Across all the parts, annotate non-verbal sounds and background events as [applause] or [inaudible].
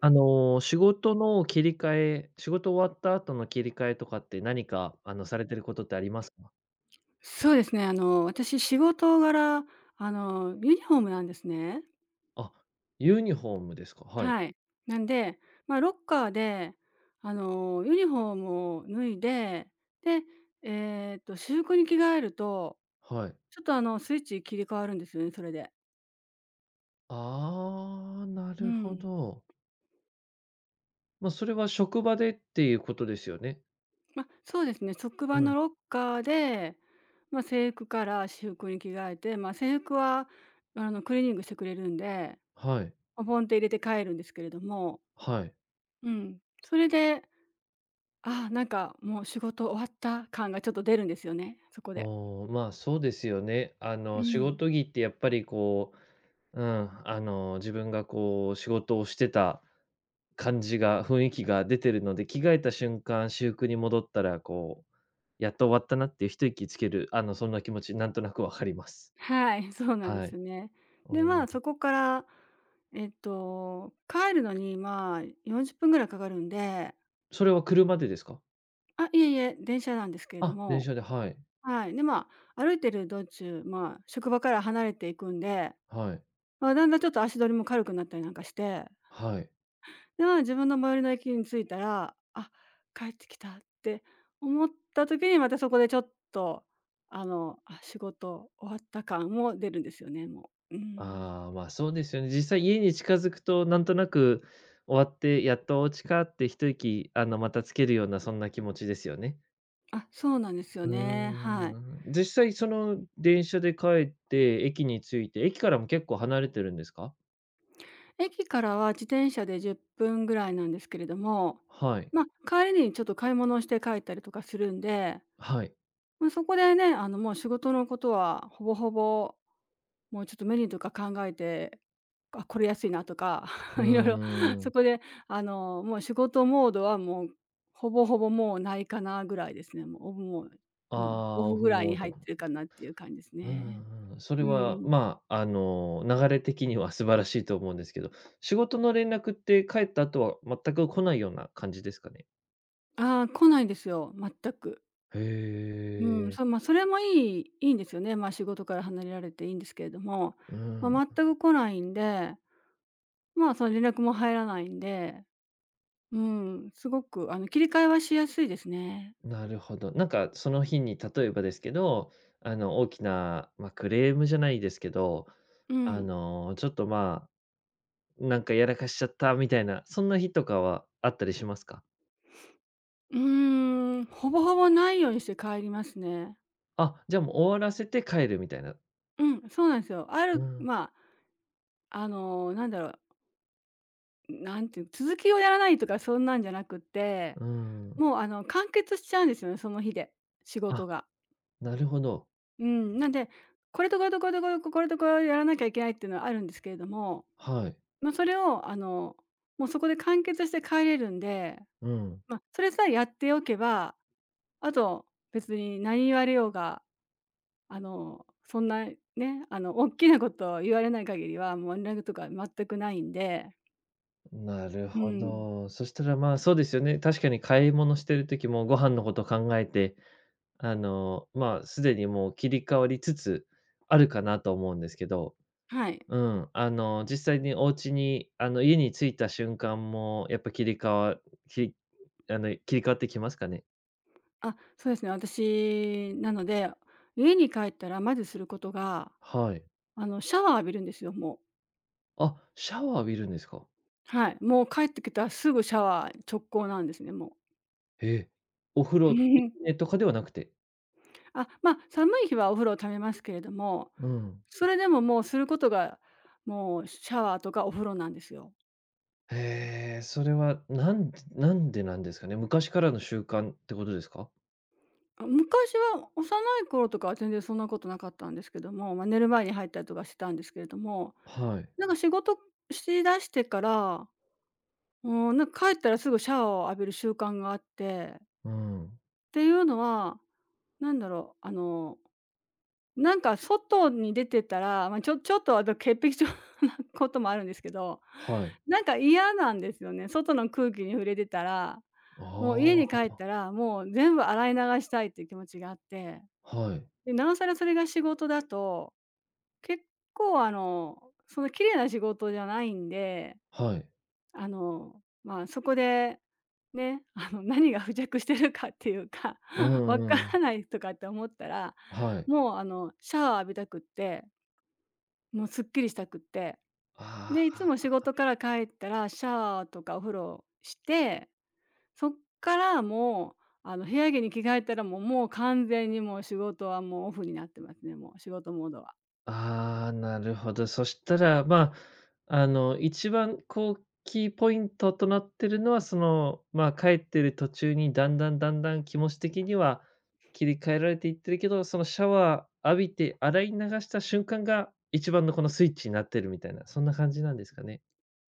仕事の切り替え仕事終わった後の切り替えとかって何か、されてることってありますか？そうですね、私仕事柄、ユニフォームなんですね。あ、ユニフォームですか？はい、はい。なんで、まあ、ロッカーで、ユニフォームを脱いで、で、私服に着替えると、はい。ちょっと、スイッチ切り替わるんですよね、それで。ああ、なうるほん。ど。まあ、それは職場でっていうことですよね？まあ、そうですね、職場うのん、ロッカーで、まあ、制服から私服に着替えて、まあ、制服は、クリーニングしてくれるんで、はい、ポポンって入れて帰るんですけれども、はい。うん。それで、ああ、なんかもう仕事終わった感がちょっと出るんですよね、そこで。おあ、まあ、そうですよね。う仕ん。事着ってやっぱりこう、うん、自分がこう仕事をしてた感じが、雰囲気が出てるので、着替えた瞬間、私服に戻ったら、こう、やっと終わったなっていう一息つける、そんな気持ち、なんとなくわかります。はい、そうなんではすい。よね。うで、まん。あ、そこから、帰るのに、まあ、40分ぐらいかかるんで、それは車でですか？あ、いえいえ、電車なんですけれどあ、電も、車で、はい。はい。で、まあ、歩いてる道中、まあ、職場から離れていくんで、はい。まあ、だんだんちょっと足取りも軽くなったりなんかしてはい。が、自分の周りの駅に着いたら、あ、帰ってきたって思った時に、またそこでちょっと、仕事終わった感も出るんですよね、もう。うん。ああ、ま、そうですよね。実際家に近づくと、なんとなく終わって、やっとお家かって一息、またつけるような、そんな気持ちですよね。あ、そうなんですようね。はい。ーん。実際その電車で帰って、駅に着いて、駅からも結構離れてるんですか？駅からは自転車で10分ぐらいなんですけれども、はい、ま、帰りにちょっと買い物をして帰ったりとかするんで、はい。ま、そこでね、もう仕事のことはほぼほぼもうちょっとメニューとか考えて、あ、これ安いなとか、う [laughs] いろいろ [laughs] ーそん。こで、もう仕事モードはもう、ほぼほぼもうないかなぐらいですね。もうオフもう、あうん、オあ、オフぐフらいにモー入っド。てるかなっていう感じですうね。んうん。それうは、ん。まあ、流れ的には素晴らしいと思うんですけど、仕事の連絡って帰った後は全く来ないような感じですかね？ああ、来ないんですよ、全く。へうん、え。まあ、それもいいんですよね。まあ、仕事から離れられていいんですけれども、うまん、あ、全く来ないんで、まあ、その連絡も入らないんで、うん、すごく切り替えはしやすいですね。なるほど。なんかその日に例えばですけど、大きな、まあ、クレームじゃないですけど、うん。ちょっと、まあ、なんかやらかしちゃったみたいな、そんな日とかはあったりしますか？うーん、ほぼほぼないようにして帰りますね。あ、じゃあもう終わらせて帰るみたいな。うん、そうなんですよ。うん、まあ、なんだろう、なんていう、続きをやらないとかそんなんじゃなくって、うん。もう完結しちゃうんですよね、その日で、仕事あ、が。なるほど。うん、なんで、これとこれとこれとこれとこれとこれをやらなきゃいけないっていうのはあるんですけれども、はい。まあ、それをもうそこで完結して帰れるんで、うん。まあ、それさえやっておけば、あと別に何言われようが、そんな、ね、大きなことを言われない限りは、もう連絡とか全くないんで、なるうほん。ど。そしたら、まあ、そうですよね。確かに買い物してる時もご飯のこと考えて、まあ、すでにもう切り替わりつつあるかなと思うんですけど、はい。うん。実際にお家に、家に着いた瞬間も、やっぱ切り替わき切り替わってきますかね？あ、そうですね、私、なので、家に帰ったらまずすることが、はい。シャワー浴びるんですよ、もう。あ、シャワー浴びるんですか？はい。もう帰ってきたらすぐシャワー直行なんですね、もう。ええ。お風呂、い [laughs] いねとかではなくて。あ、ま、寒い日はお風呂をためますけれども、うん。それでももうすることが、もうシャワーとかお風呂なんですよ。へえ、それはなんでなんですかね？昔からの習慣ってことですか？あ、昔は幼い頃とかは全然そんなことなかったんですけども、まあ、寝る前に入ったりとかしてたんですけれども、はい。なんか仕事しだしてから、うん、なんか帰ったらすぐシャワーを浴びる習慣があって、うん。っていうのは、なんだろう、なんか外に出てたら、まあ、ちょっとあと潔癖症なこともあるんですけど、はい。なんか嫌なんですよね。外の空気に触れてたら、もう家あに帰あ、ったら、もう全部洗い流したいっていう気持ちがあって。はい。で、なおさらそれが仕事だと、結構その綺麗な仕事じゃないんで、はい。まあ、そこで、ね、何が付着してるかっていうか、う [laughs] わんかうらん。ないとかって思ったら、はい。もうシャワー浴びたくって、もうすっきりしたくって、あで、いつもあ。仕事から帰ったらシャワーとかお風呂して、そっからもう、部屋着に着替えたらもう完全にもう仕事はもうオフになってますね、もう仕事モードは。ああ、なるほど。そしたら、まあ、一番こう、キーポイントとなってるのは、その、まあ、帰ってる途中にだんだん気持ち的には切り替えられていってるけど、そのシャワー浴びて洗い流した瞬間が、一番のこのスイッチになってるみたいな、そんな感じなんですかね？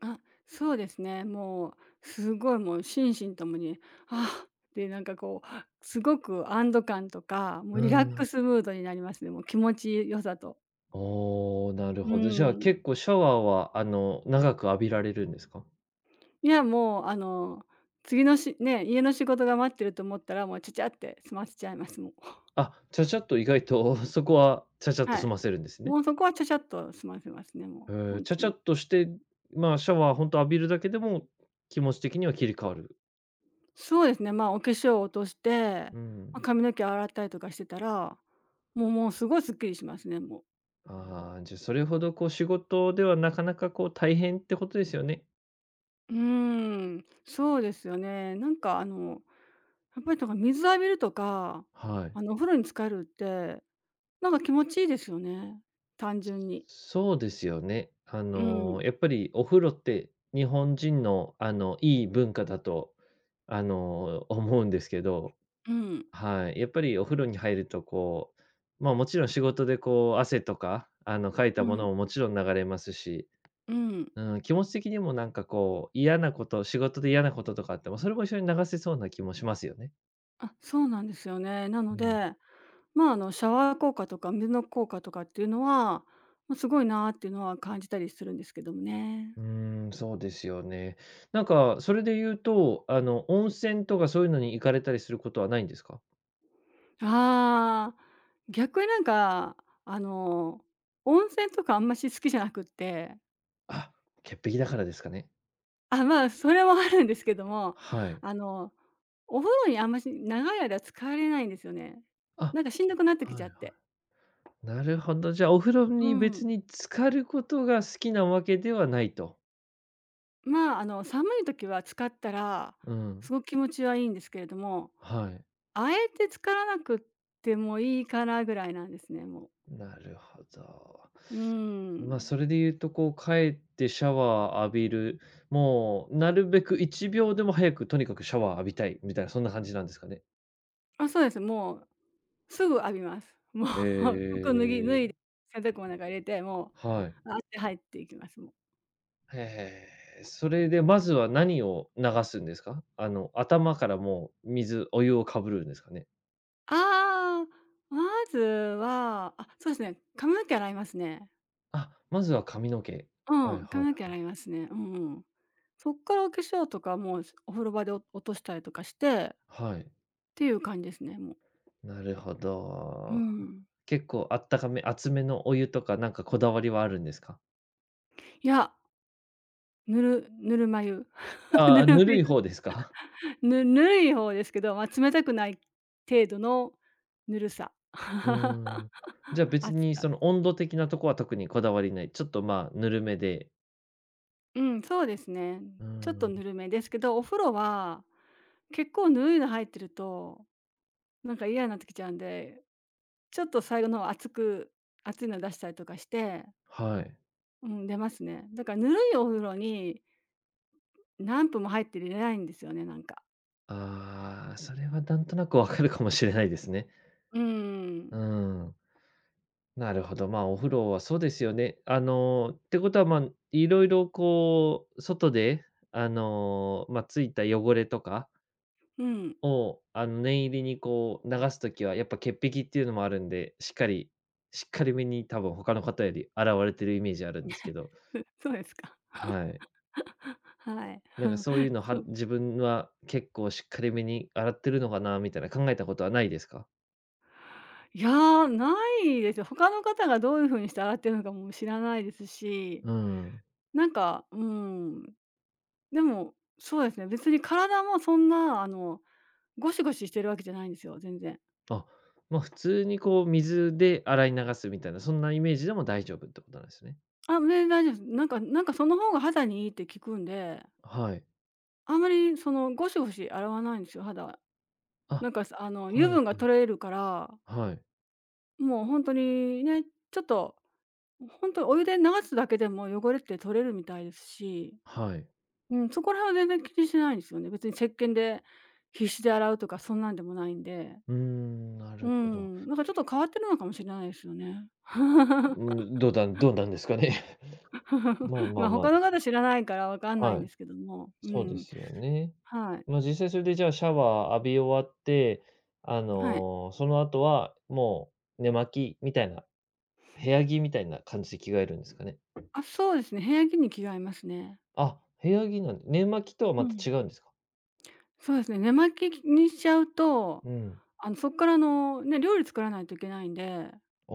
あ、そうですね。もう、すごいもう心身ともに、ああ、で、なんかこう、すごく安堵感とか、もううリラッん。クスムードになりますね。もう気持ち良さと。おお、なるうほど。じゃあ、ん。結構シャワーは、長く浴びられるんですか？いや、もう、次のね、家の仕事が待ってると思ったら、もうちゃちゃって済ませちゃいます、もう。[laughs] あ、ちゃちゃっと意外と [laughs] そこは、ちゃちゃっとは済い。ませるんですね。もうそこはちゃちゃっと済ませますね、もチう、ャ本ちゃ当ちゃに。っとして、まあ、シャワー本当浴びるだけでも、気持ち的には切り替わる。そうですね、まあ、お化粧を落として、うまあ、ん。髪の毛洗ったりとかしてたら、もうすごいすっきりしますね、もう。ああ、じゃあ、それほどこう仕事ではなかなかこう大変ってことですよね。うーん、そうですよね。なんかやっぱりとか水浴びるとか、はい。お風呂に浸かるって、なんか気持ちいいですよね、単純に。そうですよね。うん、やっぱりお風呂って日本人の、いい文化だと、思うんですけど、うん、はい。やっぱりお風呂に入るとこう、まあ、もちろん仕事でこう汗とか、かいたうもん、のももちろん流れますし、うん。うん、気持ち的にもなんかこう、嫌なこと、仕事で嫌なこととかあっても、それも一緒に流せそうな気もしますよね。あ、そうなんですよね。なのうん。で、まあ、あのシャワー効果とか水の効果とかっていうのは、ま、すごいなっていうのは感じたりするんですけどもね。うーん、そうですよね。なんか、それで言うと、温泉とかそういうのに行かれたりすることはないんですか？ああ、逆になんか、あの、温泉とかあんまし好きじゃなくって、あ、潔癖だからですかね。あ、まあ、それはあるんですけども、はい。あの、お風呂にあんまし長い間浸かれないんですよね。あ、なんかしんどくなってはきいちはゃって。い。なるほど、じゃあ、お風呂うにん。別に浸かることが好きなわけではないと。まあ、寒い時は浸かったら、うすん、ごく気持ちはいいんですけれども、はい。あえて浸からなくってもいいかなぐらいなんですね、もう。なるほど。うま、あ、ん。それで言うと、こう、帰ってシャワー浴びる、もうなるべく1秒でも早くとにかくシャワー浴びたいみたいな、そんな感じなんですかね。あ、そうです。もうすぐ浴びます。もう [laughs] え服脱いで、え。洗濯物なんか入れて、もはい。う、あって入っていきます、もう。へえ、それでまずは何を流すんですか？頭からもうお湯をかぶるんですかね？ああ、まずは、あ、そうですね、髪の毛洗いますね。あ、まずは髪の毛。うはいん、は髪の毛い。洗いますね。うんうん。そっからお化粧とかも、お風呂場でお落としたりとかして、っはい。ていう感じですね、もう。なるほうど。ん。結構あったかめ、熱めのお湯とかなんかこだわりはあるんですか？いや、ぬるま湯。[laughs] あぬあ、るまぬる湯。い方ですか？ぬるい方ですけど、まあ、冷たくない程度のぬるさ。うー [laughs] ん。じゃあ、別暑にさ。その温度的なとこは特にこだわりない。ちょっと、まあ、ぬるめで。うん、そうですね。うーちょっとん、ぬるめですけど、お風呂は結構ぬるいの入ってるとなんか嫌になってきちゃうんで、ちょっと最後の方熱いの出したりとかして、はい。うん、出ますね。だからぬるいお風呂に何分も入って入れないんですよね、なんか。ああ、それはなんとなくわかるかもしれないですね。うーうん。ん、なるほど。まあ、お風呂はそうですよね。ってことは、まあ、いろいろこう、外で、まあ、ついた汚れとかうん。[laughs] を、念入りにこう流すときはやっぱ潔癖っていうのもあるんで、しっかりめに多分他の方より洗われてるイメージあるんですけど、そうですか。はい。はい。[laughs] うなんかん。そういうのそはう。自分は結構しっかりめに洗ってるのかなみたいな考えたことはないですか？いや、ないですよ。他の方がどういう風にして洗ってるのかも知らないですし、うん。なんか、うーん、でも、そうですね、別に体もそんなゴシゴシしてるわけじゃないんですよ、全然。あ、ま、普通にこう水で洗い流すみたいな、そんなイメージでも大丈夫ってことなんですね。あ、全然大丈夫です。なんかその方が肌にいいって聞くんで、はい。あんまりそのゴシゴシ洗わないんですよ、肌、なあ、んかは油い分がは取い。れるから、はい。もう本当にね、ちょっと本当お湯で流すだけでも汚れって取れるみたいですし、はい。うん、そこら辺は全然気にしないんですよね。別に石鹸で必死で洗うとかそんなんでもないんで。うーん、なうるほど。ん、ちょっと変わってるのかもしれないですよね。[laughs] うん、どうなんですかね。[laughs] まあまあま、ま他の方知らないからわかんあ、ないんはでい、すけども、うそうでん、すよね。はい、ま、実際それでじゃあシャワー浴び終わって、はい。その後はもう寝巻きみたいな部屋着みたいな感じで着替えるんですかね。あ、そうですね、部屋着に着替えますね。あ、部屋着なんで寝巻きとはうまたん。違うんですか？そうですね、寝巻きにしちゃうと、うん。そっからね、料理作らないといけないんで、あ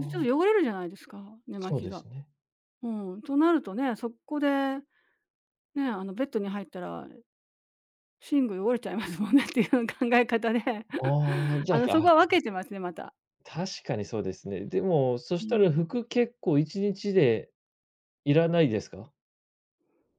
ちょっと汚れるじゃないですか、寝巻そうきでが。すね。うん、となるとね、そこで、ね、ベッドに入ったら、寝具汚れちゃいますもんねっていう考え方で、[laughs] ああ、じゃあ、そこはあ、分けてますね、また。確かにそうですね。でも、そうしたらん。服結構1日でいらないですか？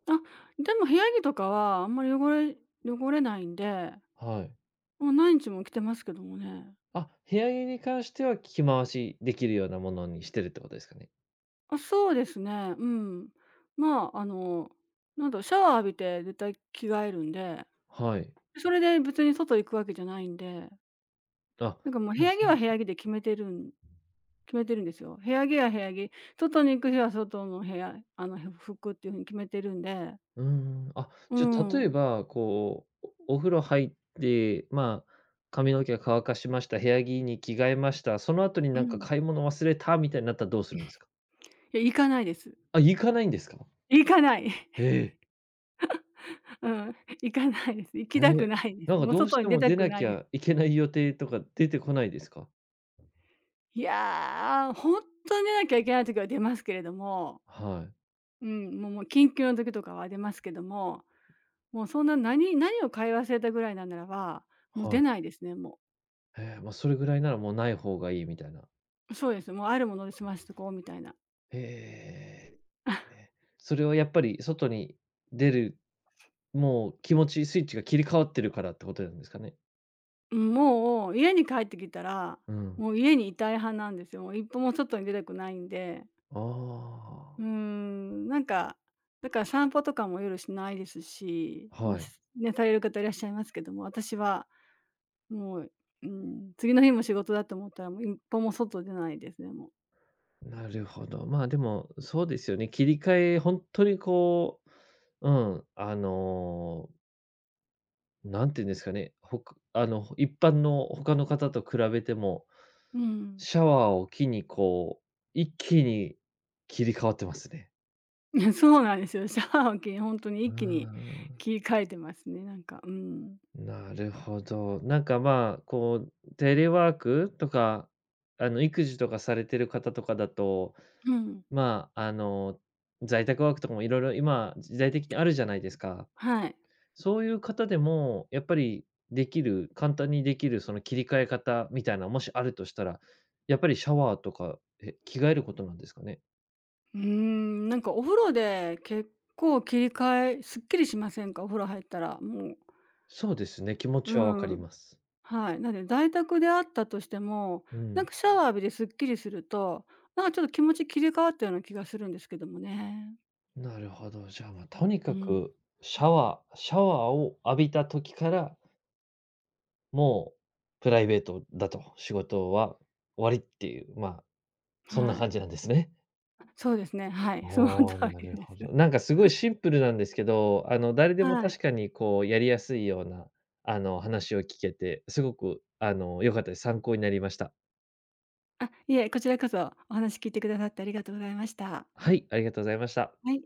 あ、でも部屋着とかはあんまり汚れないんで、はい。もう何日も着てますけどもね。あ、部屋着に関しては着回しできるようなものにしてるってことですかね。あ、そうですね。うん。まあ、なんだろう、シャワー浴びて絶対着替えるんで、はい。それで別に外行くわけじゃないんで、あ、もう部ま、屋そ着うはで部す。屋着で決めてるんですよ。部屋着は部屋着、外に行く日は外の部屋、服っていうふうに決めてるんで、うーん、あ、うじゃあ、例えん、ば、こう、お風呂入って、まあ、髪の毛乾かしました、部屋着に着替えました、その後にうなんかん。買い物忘れたみたいになったらどうするんですか？いや、行かないです。あ、行かないんですか？行かない。へ [laughs] え、うん、行かないです。行きえたえ、くないでなす。んかもうどうし外てに出もた出くななきいです。ゃいけない予定とか出てこないですか？いやー、本当に出なきゃいけない時は出ますけれども、はい、うん、もう緊急の時とかは出ますけども、もうそんな何を買い忘れたぐらいなんならば、もうは出い。ないですね、もええ、ま、それぐらいならもうない方がいいみたいな。う。そうです、もうあるもので済ませとこうみたいな。へえ、え、それはやっぱり外に出る、もう気持ちスイッチが切り替わってるからってことなんですかね？うん、もう家に帰ってきたら、うん。もう家にいたい派なんですよ。もう一歩も外に出たくないんで。あうーん、だから散歩とかも夜しないですし、あ、まあ、はい。すね、される方いらっしゃいますけども、私はもう、うん、次の日も仕事だと思ったらもう一歩も外出ないですね、もなるほど。まあ、でも、そうですよね。切り替え、本当にこう、うん、んていうんですかね、一般の他の方と比べても、う。うん。シャワーを機にこう、一気に切り替わってますね。[laughs] そうなんですよ。シャワーをきり [laughs] 本当にうー一気にん、切り替えてますね、うん。なるほど。なんか、まあ、こう、テレワークとか、育児とかされてる方とかだと、うん、まあ、在宅ワークとかもいろいろ今、時代的にあるじゃないですか。はい。そういう方でも、やっぱりできる、簡単にできるその切り替え方みたいな、もしあるとしたら、やっぱりシャワーとか、え、着替えることなんですかね？うーん、お風呂で結構切り替えすっきりしませんか？お風呂入ったら、もうそうですね、気持うちはわかりん、ます。はい。なんで在宅であったとしても、うん。シャワー浴びですっきりすると、ちょっと気持ち切り替わったような気がするんですけどもね。なるほど、じゃあ、まあ、とにうかん、くシャワーを浴びた時から、もうプライベートだと、仕事は終わりっていう、まあ、そんなは感い。じなんですね。そうですね、はい、あ [laughs] その通あ、なりるでほす。ど。なんかすごいシンプルなんですけど、誰 [laughs] でもはい。確かにこうやりやすいような、話を聞けて、すごく良かったです。参考になりました。あ、いえ、こちらこそお話聞いてくださってありがとうございました。はい、ありがとうございました。はい。